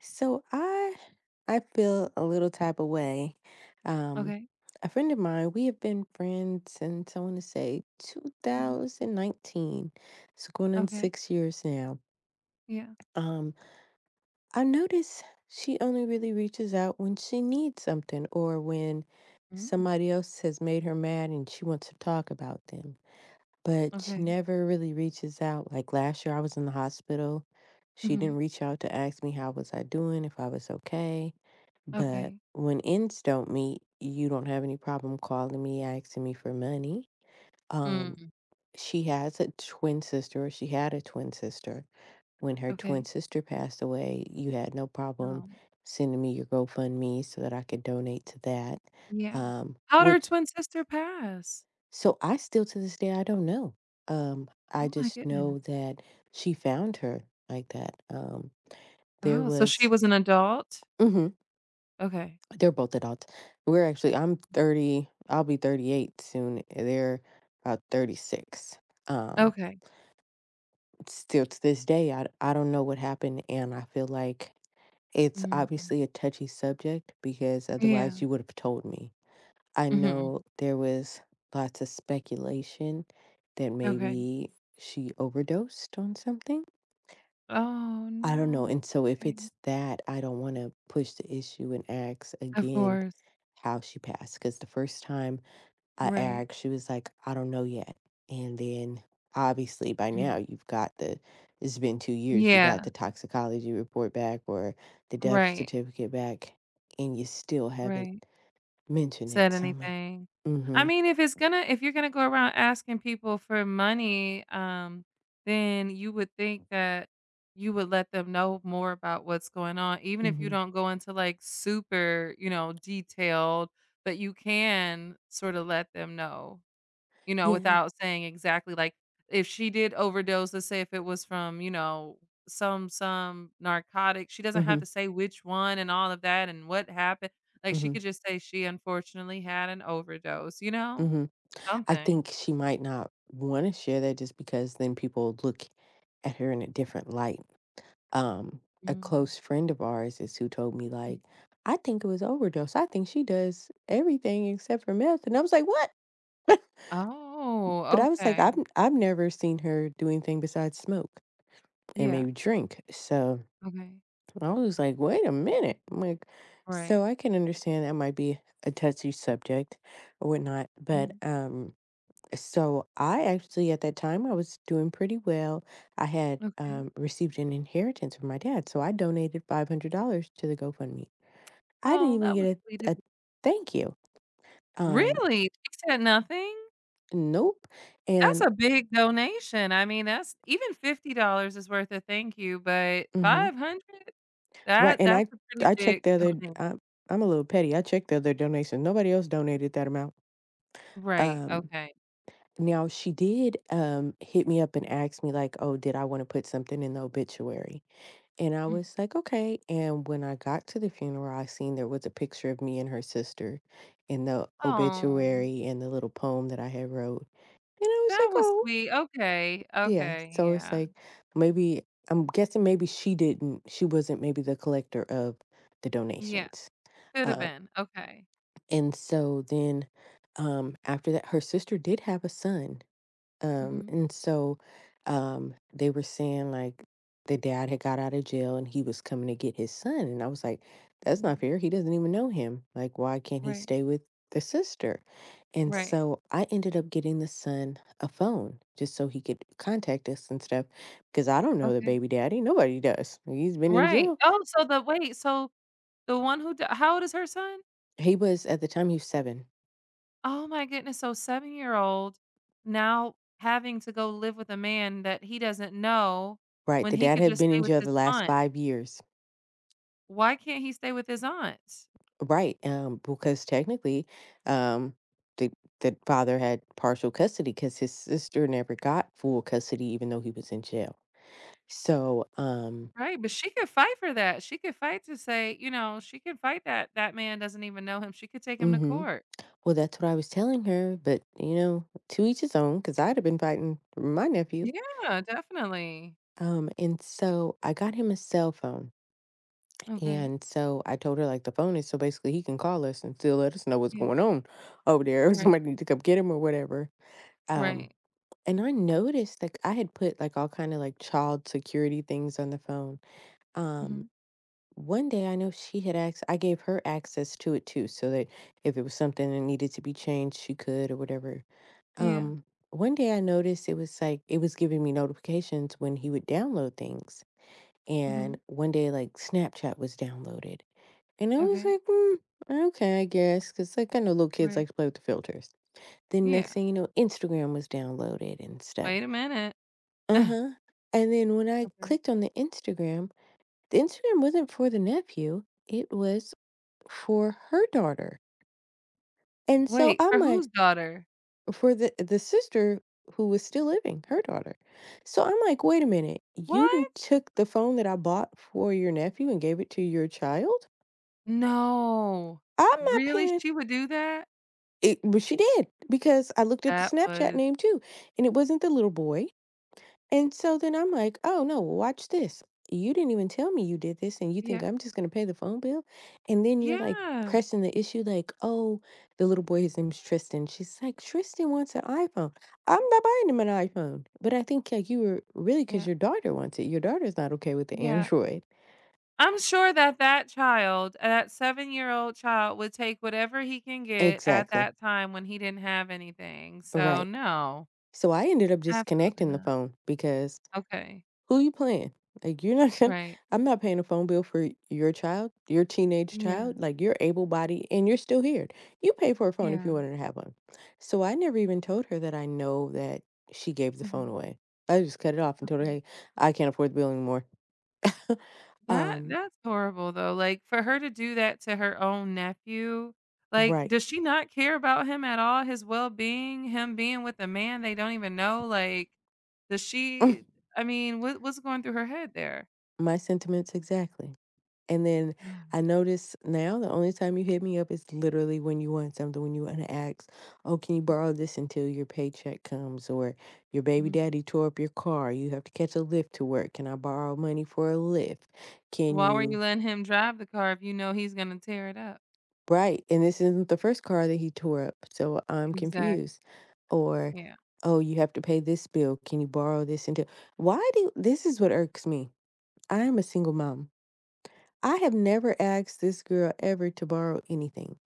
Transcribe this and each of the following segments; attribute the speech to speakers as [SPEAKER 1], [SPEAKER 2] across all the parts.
[SPEAKER 1] So I feel a little type of way. Um,
[SPEAKER 2] Okay.
[SPEAKER 1] a friend of mine, we have been friends since I want to say
[SPEAKER 2] Mhm.
[SPEAKER 1] 2019. It's going on
[SPEAKER 2] Okay.
[SPEAKER 1] 6 years now.
[SPEAKER 2] Yeah.
[SPEAKER 1] Um, I notice she only really reaches out when she needs something or when
[SPEAKER 2] Mm.
[SPEAKER 1] somebody else has made her mad and she wants to talk about them, but she
[SPEAKER 2] Okay.
[SPEAKER 1] never really reaches out. Like last year, I was in the hospital. She didn't
[SPEAKER 2] Mhm.
[SPEAKER 1] reach out to ask me how was I doing, if I was okay. But
[SPEAKER 2] Okay.
[SPEAKER 1] when ends don't meet, you don't have any problem calling me, asking me for money. Um,
[SPEAKER 2] Mm.
[SPEAKER 1] she has a twin sister, or she had a twin sister. When her twin
[SPEAKER 2] Okay.
[SPEAKER 1] sister passed away, you had no problem
[SPEAKER 2] Oh,
[SPEAKER 1] sending me your GoFundMe so that I could donate to that.
[SPEAKER 2] yeah. How'd her
[SPEAKER 1] Which
[SPEAKER 2] twin sister pass?
[SPEAKER 1] so I still to this day I don't know. I
[SPEAKER 2] Oh my
[SPEAKER 1] just
[SPEAKER 2] goodness.
[SPEAKER 1] know that she found her like that. There
[SPEAKER 2] Oh, so she
[SPEAKER 1] was
[SPEAKER 2] was an adult?
[SPEAKER 1] hmm
[SPEAKER 2] Okay.
[SPEAKER 1] They're both adults. We're actually I'm 30, I'll be 38 soon. They're about 36. Um,
[SPEAKER 2] Okay.
[SPEAKER 1] Still to this day I don't know what happened and I feel like it's
[SPEAKER 2] Mhm.
[SPEAKER 1] obviously a touchy subject because
[SPEAKER 2] Yeah.
[SPEAKER 1] otherwise you would have told me. I
[SPEAKER 2] Mhm.
[SPEAKER 1] know there was lots of speculation that
[SPEAKER 2] Okay.
[SPEAKER 1] maybe she overdosed on something.
[SPEAKER 2] Oh,
[SPEAKER 1] I don't know.
[SPEAKER 2] no.
[SPEAKER 1] And so if
[SPEAKER 2] Okay.
[SPEAKER 1] it's that, I don't want to push the issue and ask
[SPEAKER 2] Of
[SPEAKER 1] again
[SPEAKER 2] course.
[SPEAKER 1] how she passed. Because the first time I
[SPEAKER 2] Right.
[SPEAKER 1] asked, she was like, I don't know yet. And then obviously by now
[SPEAKER 2] Mhm.
[SPEAKER 1] you've got it's been 2 years, you got the
[SPEAKER 2] Yeah.
[SPEAKER 1] toxicology report back or the death
[SPEAKER 2] Right.
[SPEAKER 1] certificate back, and you still haven't
[SPEAKER 2] Right.
[SPEAKER 1] mentioned it.
[SPEAKER 2] Said
[SPEAKER 1] So I'm like,
[SPEAKER 2] anything.
[SPEAKER 1] mm
[SPEAKER 2] I
[SPEAKER 1] hmm.
[SPEAKER 2] mean, if you're gonna go around asking people for money, then you would think that you would let them know more about what's going on, even
[SPEAKER 1] Mm
[SPEAKER 2] if you
[SPEAKER 1] hmm.
[SPEAKER 2] don't go into, like, super, detailed, but you can sorta let them know
[SPEAKER 1] Yeah.
[SPEAKER 2] without saying exactly, like, if she did overdose, let's say if it was from, some narcotic, she doesn't have
[SPEAKER 1] Mhm,
[SPEAKER 2] to say which one and all of that and what happened. Like, she
[SPEAKER 1] mhm,
[SPEAKER 2] could just say she unfortunately had an overdose, you know?
[SPEAKER 1] mhm. I
[SPEAKER 2] Something.
[SPEAKER 1] think she might not wanna share that just because then people look at her in a different light. Um, a
[SPEAKER 2] Mm.
[SPEAKER 1] close friend of ours is who told me,
[SPEAKER 2] Mm.
[SPEAKER 1] like, "I think it was overdose. I think she does everything except for meth," and I was like, "What?"
[SPEAKER 2] Oh,
[SPEAKER 1] But I was like, "I've
[SPEAKER 2] okay.
[SPEAKER 1] I've never seen her do anything besides smoke and
[SPEAKER 2] Yeah,
[SPEAKER 1] maybe drink." So,
[SPEAKER 2] okay.
[SPEAKER 1] I was like, "Wait a minute." I'm like So
[SPEAKER 2] Right.
[SPEAKER 1] I can understand that might be a touchy subject or whatnot, but,
[SPEAKER 2] Mhm.
[SPEAKER 1] um So I actually at that time I was doing pretty well. I had
[SPEAKER 2] Okay.
[SPEAKER 1] received an inheritance from my dad, so I donated $500 to the GoFundMe. I didn't
[SPEAKER 2] Oh,
[SPEAKER 1] even
[SPEAKER 2] that was
[SPEAKER 1] get
[SPEAKER 2] sweet
[SPEAKER 1] a,
[SPEAKER 2] of
[SPEAKER 1] a
[SPEAKER 2] you.
[SPEAKER 1] thank you. Um,
[SPEAKER 2] Really? She said nothing?
[SPEAKER 1] nope.
[SPEAKER 2] That's
[SPEAKER 1] And
[SPEAKER 2] a big donation. I mean, that's even $50 is worth a thank you, but
[SPEAKER 1] mhm.
[SPEAKER 2] 500?
[SPEAKER 1] Right,
[SPEAKER 2] That
[SPEAKER 1] and I
[SPEAKER 2] that's a pretty
[SPEAKER 1] I checked
[SPEAKER 2] big
[SPEAKER 1] the other.
[SPEAKER 2] donation.
[SPEAKER 1] I'm, I'm a little petty. I checked the other donation. Nobody else donated that amount.
[SPEAKER 2] Right,
[SPEAKER 1] Um,
[SPEAKER 2] okay.
[SPEAKER 1] Now she did hit me up and ask me like, oh, did I want to put something in the obituary? And I
[SPEAKER 2] Oh,
[SPEAKER 1] was like, "Okay," and when I got to the funeral, I seen there was a picture of me and her sister in the obituary and the little poem that I had wrote, and I was like,
[SPEAKER 2] that was
[SPEAKER 1] "Oh,
[SPEAKER 2] sweet. Okay,
[SPEAKER 1] yeah."
[SPEAKER 2] okay,
[SPEAKER 1] So it's
[SPEAKER 2] yeah.
[SPEAKER 1] like, maybe I'm guessing maybe she wasn't maybe the collector of the
[SPEAKER 2] Yeah,
[SPEAKER 1] donations.
[SPEAKER 2] could've
[SPEAKER 1] Uh,
[SPEAKER 2] been, okay.
[SPEAKER 1] and so then, after that her sister did have a son, um,
[SPEAKER 2] Mhm,
[SPEAKER 1] and so um, they were saying like the dad had got out of jail and he was coming to get his son. And I was like, that's
[SPEAKER 2] yeah,
[SPEAKER 1] not fair. He doesn't even know him. Like, why can't he
[SPEAKER 2] right,
[SPEAKER 1] stay with the sister? And
[SPEAKER 2] right,
[SPEAKER 1] so I ended up getting the son a phone just so he could contact us and stuff because I don't know the
[SPEAKER 2] okay,
[SPEAKER 1] baby daddy. Nobody does. He's been in
[SPEAKER 2] right.
[SPEAKER 1] jail.
[SPEAKER 2] Oh, so the wait, so the one who d how old is her son?
[SPEAKER 1] He was, at the time, he was seven.
[SPEAKER 2] Oh my goodness. So 7-year-old now having to go live with a man that he doesn't know
[SPEAKER 1] Right.
[SPEAKER 2] when
[SPEAKER 1] The
[SPEAKER 2] he
[SPEAKER 1] dad
[SPEAKER 2] could
[SPEAKER 1] had
[SPEAKER 2] just
[SPEAKER 1] been
[SPEAKER 2] stay
[SPEAKER 1] in
[SPEAKER 2] with
[SPEAKER 1] jail
[SPEAKER 2] his
[SPEAKER 1] the last
[SPEAKER 2] aunt.
[SPEAKER 1] 5 years.
[SPEAKER 2] Why can't he stay with his aunt?
[SPEAKER 1] Right, because technically, um, the the father had partial custody because his sister never got full custody, even though he was in jail. So,
[SPEAKER 2] Right, but she could fight for that. She could fight to say, she could fight that that man doesn't even know him. She could take him to
[SPEAKER 1] hmm
[SPEAKER 2] court.
[SPEAKER 1] well, that's what I was telling her, but you know, to each his own, because I'd have been fighting for my nephew.
[SPEAKER 2] Yeah, definitely.
[SPEAKER 1] And so I got him a cell phone,
[SPEAKER 2] Okay.
[SPEAKER 1] and so I told her like the phone is so basically he can call us and still let us know what's
[SPEAKER 2] Yeah.
[SPEAKER 1] going on over there.
[SPEAKER 2] Right.
[SPEAKER 1] Somebody need to come get him or whatever. Um.
[SPEAKER 2] Right.
[SPEAKER 1] And I noticed like I had put like all kind of like child security things on the phone. Um,
[SPEAKER 2] Mhm.
[SPEAKER 1] One day I know she had asked, I gave her access to it too, so that if it was something that needed to be changed, she could or whatever.
[SPEAKER 2] Yeah.
[SPEAKER 1] Um, One day I noticed it was like it was giving me notifications when he would download things. And
[SPEAKER 2] Mhm.
[SPEAKER 1] one day like Snapchat was downloaded. And I was
[SPEAKER 2] Okay.
[SPEAKER 1] like, mm, okay, I guess, because like I know little kids
[SPEAKER 2] Right.
[SPEAKER 1] like to play with the filters. Then next
[SPEAKER 2] Yeah.
[SPEAKER 1] thing you know, Instagram was downloaded and stuff.
[SPEAKER 2] Wait a minute.
[SPEAKER 1] Uh-huh, and then when I
[SPEAKER 2] Okay.
[SPEAKER 1] clicked on the Instagram wasn't for the nephew, it was for her daughter, and so
[SPEAKER 2] Wait,
[SPEAKER 1] I'm
[SPEAKER 2] for whose
[SPEAKER 1] like
[SPEAKER 2] daughter?
[SPEAKER 1] for the sister who was still living, her daughter. So I'm like, "Wait a minute, you
[SPEAKER 2] What?
[SPEAKER 1] didn't took the phone that I bought for your nephew and gave it to your child?
[SPEAKER 2] No.
[SPEAKER 1] I'm not
[SPEAKER 2] Really?
[SPEAKER 1] paying"
[SPEAKER 2] She would do that?
[SPEAKER 1] it but she did, because I looked up the
[SPEAKER 2] That
[SPEAKER 1] Snapchat
[SPEAKER 2] was
[SPEAKER 1] name too, and it wasn't the little boy. And so then I'm like, "Oh, no, watch this. You didn't even tell me you did this, and you think
[SPEAKER 2] Yeah.
[SPEAKER 1] I'm just gonna pay the phone bill?" And then you're, like,
[SPEAKER 2] Yeah.
[SPEAKER 1] pressing the issue like, "Oh" the little boy, his name's Tristan. She's like, "Tristan wants an iPhone." "I'm not buying him an iPhone." But I think, like, you were really because
[SPEAKER 2] Yeah.
[SPEAKER 1] your daughter wants it. Your daughter's not okay with the
[SPEAKER 2] Yeah.
[SPEAKER 1] Android.
[SPEAKER 2] I'm sure that that child, that seven-year-old child would take whatever he can get at
[SPEAKER 1] Exactly.
[SPEAKER 2] that time when he didn't have anything. So,
[SPEAKER 1] Right.
[SPEAKER 2] no.
[SPEAKER 1] So I ended up just
[SPEAKER 2] Absolutely
[SPEAKER 1] connecting the
[SPEAKER 2] not.
[SPEAKER 1] phone because
[SPEAKER 2] Okay.
[SPEAKER 1] who you playing? Like, you're not gonna
[SPEAKER 2] Right.
[SPEAKER 1] I'm not paying a phone bill for your child, your teenage
[SPEAKER 2] Yeah.
[SPEAKER 1] child. Like, you're able-bodied and you're still here. You pay for a phone if
[SPEAKER 2] Yeah.
[SPEAKER 1] you wanted to have one. So I never even told her that I know that she gave the phone
[SPEAKER 2] Mhm.
[SPEAKER 1] away. I just cut it off and told her,
[SPEAKER 2] Okay.
[SPEAKER 1] "Hey, I can't afford the bill anymore."
[SPEAKER 2] That
[SPEAKER 1] Um,
[SPEAKER 2] that's horrible though, like, for her to do that to her own nephew, like,
[SPEAKER 1] right.
[SPEAKER 2] does she not care about him at all, his well-being, him being with a man they don't even know, like, does she I mean, what's going through her head there?
[SPEAKER 1] My sentiments exactly. And then
[SPEAKER 2] Ah.
[SPEAKER 1] I notice now the only time you hit me up is literally when you want something, when you want to ask, oh, can you borrow this until your paycheck comes? Or your baby
[SPEAKER 2] Mhm.
[SPEAKER 1] daddy tore up your car. You have to catch a lift to work. Can I borrow money for a lift? Can
[SPEAKER 2] Why were you
[SPEAKER 1] you?
[SPEAKER 2] letting him drive the car if you know he's gonna tear it up?
[SPEAKER 1] Right. And this isn't the first car that he tore up. So I'm
[SPEAKER 2] Exactly.
[SPEAKER 1] confused. Or,
[SPEAKER 2] Yeah,
[SPEAKER 1] oh, you have to pay this bill. Can you borrow this until? Why do This is what irks me. I am a single mom. I have never asked this girl ever to borrow anything.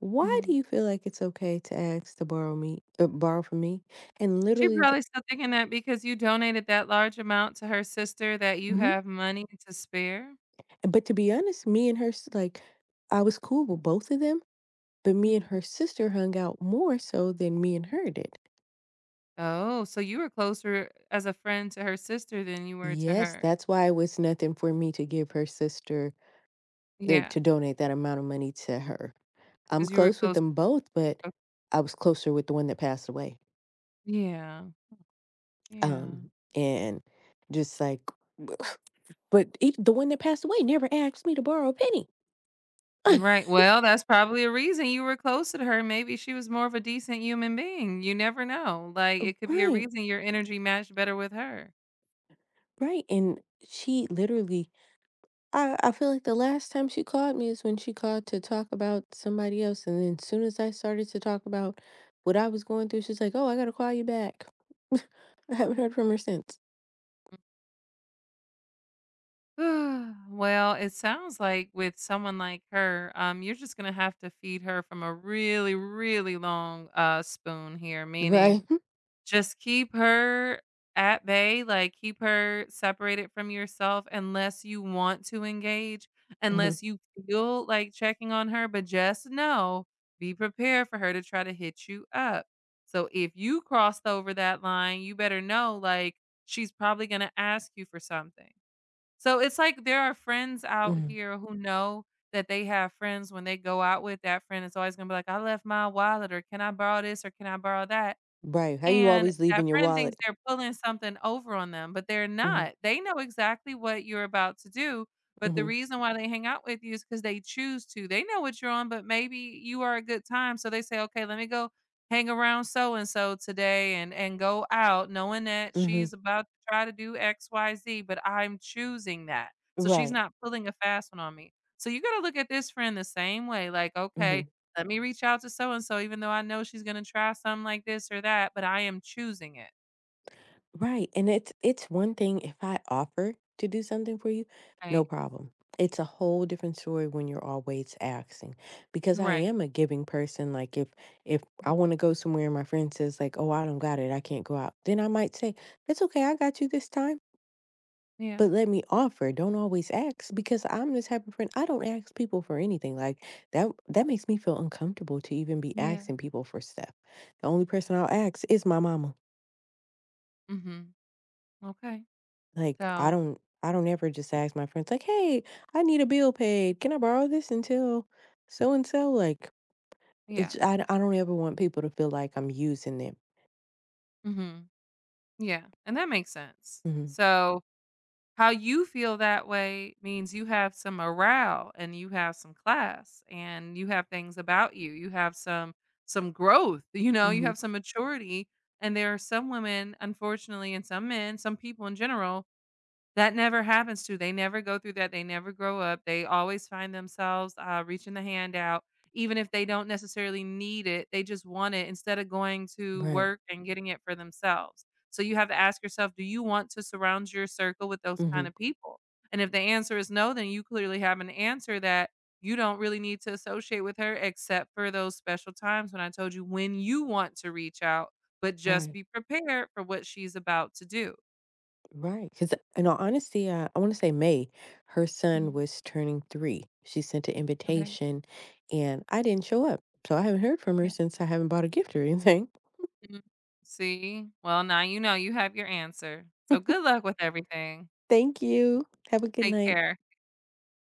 [SPEAKER 1] Why do
[SPEAKER 2] mhm.
[SPEAKER 1] you feel like it's okay to ask to borrow me borrow from me? And
[SPEAKER 2] She
[SPEAKER 1] literally the
[SPEAKER 2] probably still thinking that because you donated that large amount to her sister that you
[SPEAKER 1] mhm.
[SPEAKER 2] have money to spare.
[SPEAKER 1] But to be honest, me and her, I was cool with both of them, but me and her sister hung out more so than me and her did.
[SPEAKER 2] Oh, so you were closer as a friend to her sister than you were to
[SPEAKER 1] Yes,
[SPEAKER 2] her.
[SPEAKER 1] that's why it was nothing for me to give her sister
[SPEAKER 2] Yeah,
[SPEAKER 1] to
[SPEAKER 2] because
[SPEAKER 1] donate that amount of money to her. I'm
[SPEAKER 2] you were
[SPEAKER 1] close with
[SPEAKER 2] closer
[SPEAKER 1] them both, but
[SPEAKER 2] o
[SPEAKER 1] I was closer with the one that passed away.
[SPEAKER 2] yeah, yeah.
[SPEAKER 1] Um, and just like, but the one that passed away never asked me to borrow a penny.
[SPEAKER 2] Right, well, that's probably a reason you were closer to her, maybe she was more of a decent human being, you never know, like, it could be a
[SPEAKER 1] Right,
[SPEAKER 2] reason your energy matched better with her.
[SPEAKER 1] right, and she literally I feel like the last time she called me is when she called to talk about somebody else, and then as soon as I started to talk about what I was going through, she's like, "Oh, I gotta call you back." I haven't heard from her since.
[SPEAKER 2] Well, it sounds like with someone like her, you're just gonna have to feed her from a really, really long, spoon here, meaning
[SPEAKER 1] Right.
[SPEAKER 2] just keep her at bay, like, keep her separated from yourself unless you want to engage,
[SPEAKER 1] Mhm,
[SPEAKER 2] unless you feel like checking on her, but just know, be prepared for her to try to hit you up. So if you crossed over that line, you better know, like, she's probably gonna ask you for something. So it's like there are friends out
[SPEAKER 1] mhm,
[SPEAKER 2] here who know that they have friends when they go out with that friend, it's always gonna be like, "I left my wallet," or, "Can I borrow this?" or, "Can I borrow that?"
[SPEAKER 1] right, how you
[SPEAKER 2] And
[SPEAKER 1] always
[SPEAKER 2] that
[SPEAKER 1] leaving your
[SPEAKER 2] friend
[SPEAKER 1] wallet.
[SPEAKER 2] thinks they're pulling something over on them, but they're
[SPEAKER 1] Mhm,
[SPEAKER 2] not. They know exactly what you're about to do, but the
[SPEAKER 1] mhm,
[SPEAKER 2] reason why they hang out with you is because they choose to. They know what you're on, but maybe you are a good time, so they say, "Okay, let me go hang around so and so today and go out knowing that
[SPEAKER 1] mhm,
[SPEAKER 2] she's about to try to do XYZ, but I'm choosing that." So she's
[SPEAKER 1] right,
[SPEAKER 2] not pulling a fast one on me. So you gotta look at this friend the same way, like, "Okay,
[SPEAKER 1] mhm.
[SPEAKER 2] let me reach out to so and so even though I know she's gonna try something like this or that, but I am choosing it."
[SPEAKER 1] Right, and it's one thing if I offer to do something for you, no
[SPEAKER 2] Right?
[SPEAKER 1] problem. It's a whole different story when you're always asking because I
[SPEAKER 2] Right.
[SPEAKER 1] am a giving person. Like if I
[SPEAKER 2] Mhm.
[SPEAKER 1] want to go somewhere and my friend says like, "Oh, I don't got it. I can't go out." Then I might say, "It's okay. I got you this time."
[SPEAKER 2] Yeah,
[SPEAKER 1] But let me offer. Don't always ask because I'm the type of friend I don't ask people for anything. Like that makes me feel uncomfortable to even be
[SPEAKER 2] yeah.
[SPEAKER 1] asking people for stuff. The only person I'll ask is my mama.
[SPEAKER 2] Mhm. Okay.
[SPEAKER 1] Like,
[SPEAKER 2] So,
[SPEAKER 1] I don't ever just ask my friends like, "Hey, I need a bill paid. Can I borrow this until so and so?" Like,
[SPEAKER 2] yeah.
[SPEAKER 1] I don't ever want people to feel like I'm using them.
[SPEAKER 2] Mhm. Yeah, and that makes sense.
[SPEAKER 1] Mhm.
[SPEAKER 2] So, how you feel that way means you have some morale and you have some class and you have things about you. You have some growth, you
[SPEAKER 1] Mhm.
[SPEAKER 2] have some maturity, and there are some women, unfortunately, and some men, some people in general. That never happens to They never go through that, they never grow up, they always find themselves, reaching the hand out, even if they don't necessarily need it, they just want it instead of going to
[SPEAKER 1] Right.
[SPEAKER 2] work and getting it for themselves. So you have to ask yourself, do you want to surround your circle with those kind
[SPEAKER 1] Mhm.
[SPEAKER 2] of people? And if the answer is no, then you clearly have an answer that you don't really need to associate with her except for those special times when I told you when you want to reach out, but just
[SPEAKER 1] Right.
[SPEAKER 2] be prepared for what she's about to do.
[SPEAKER 1] Because in all honesty, I want to say May, her son
[SPEAKER 2] Mhm.
[SPEAKER 1] was turning 3. She sent an
[SPEAKER 2] Okay.
[SPEAKER 1] invitation and I didn't show up. So I haven't heard from her
[SPEAKER 2] Yeah.
[SPEAKER 1] since I haven't bought a gift or anything.
[SPEAKER 2] Mm. See? Well, now you know you have your answer. So good luck with everything.
[SPEAKER 1] Thank you. Have a good
[SPEAKER 2] Take
[SPEAKER 1] night.
[SPEAKER 2] care.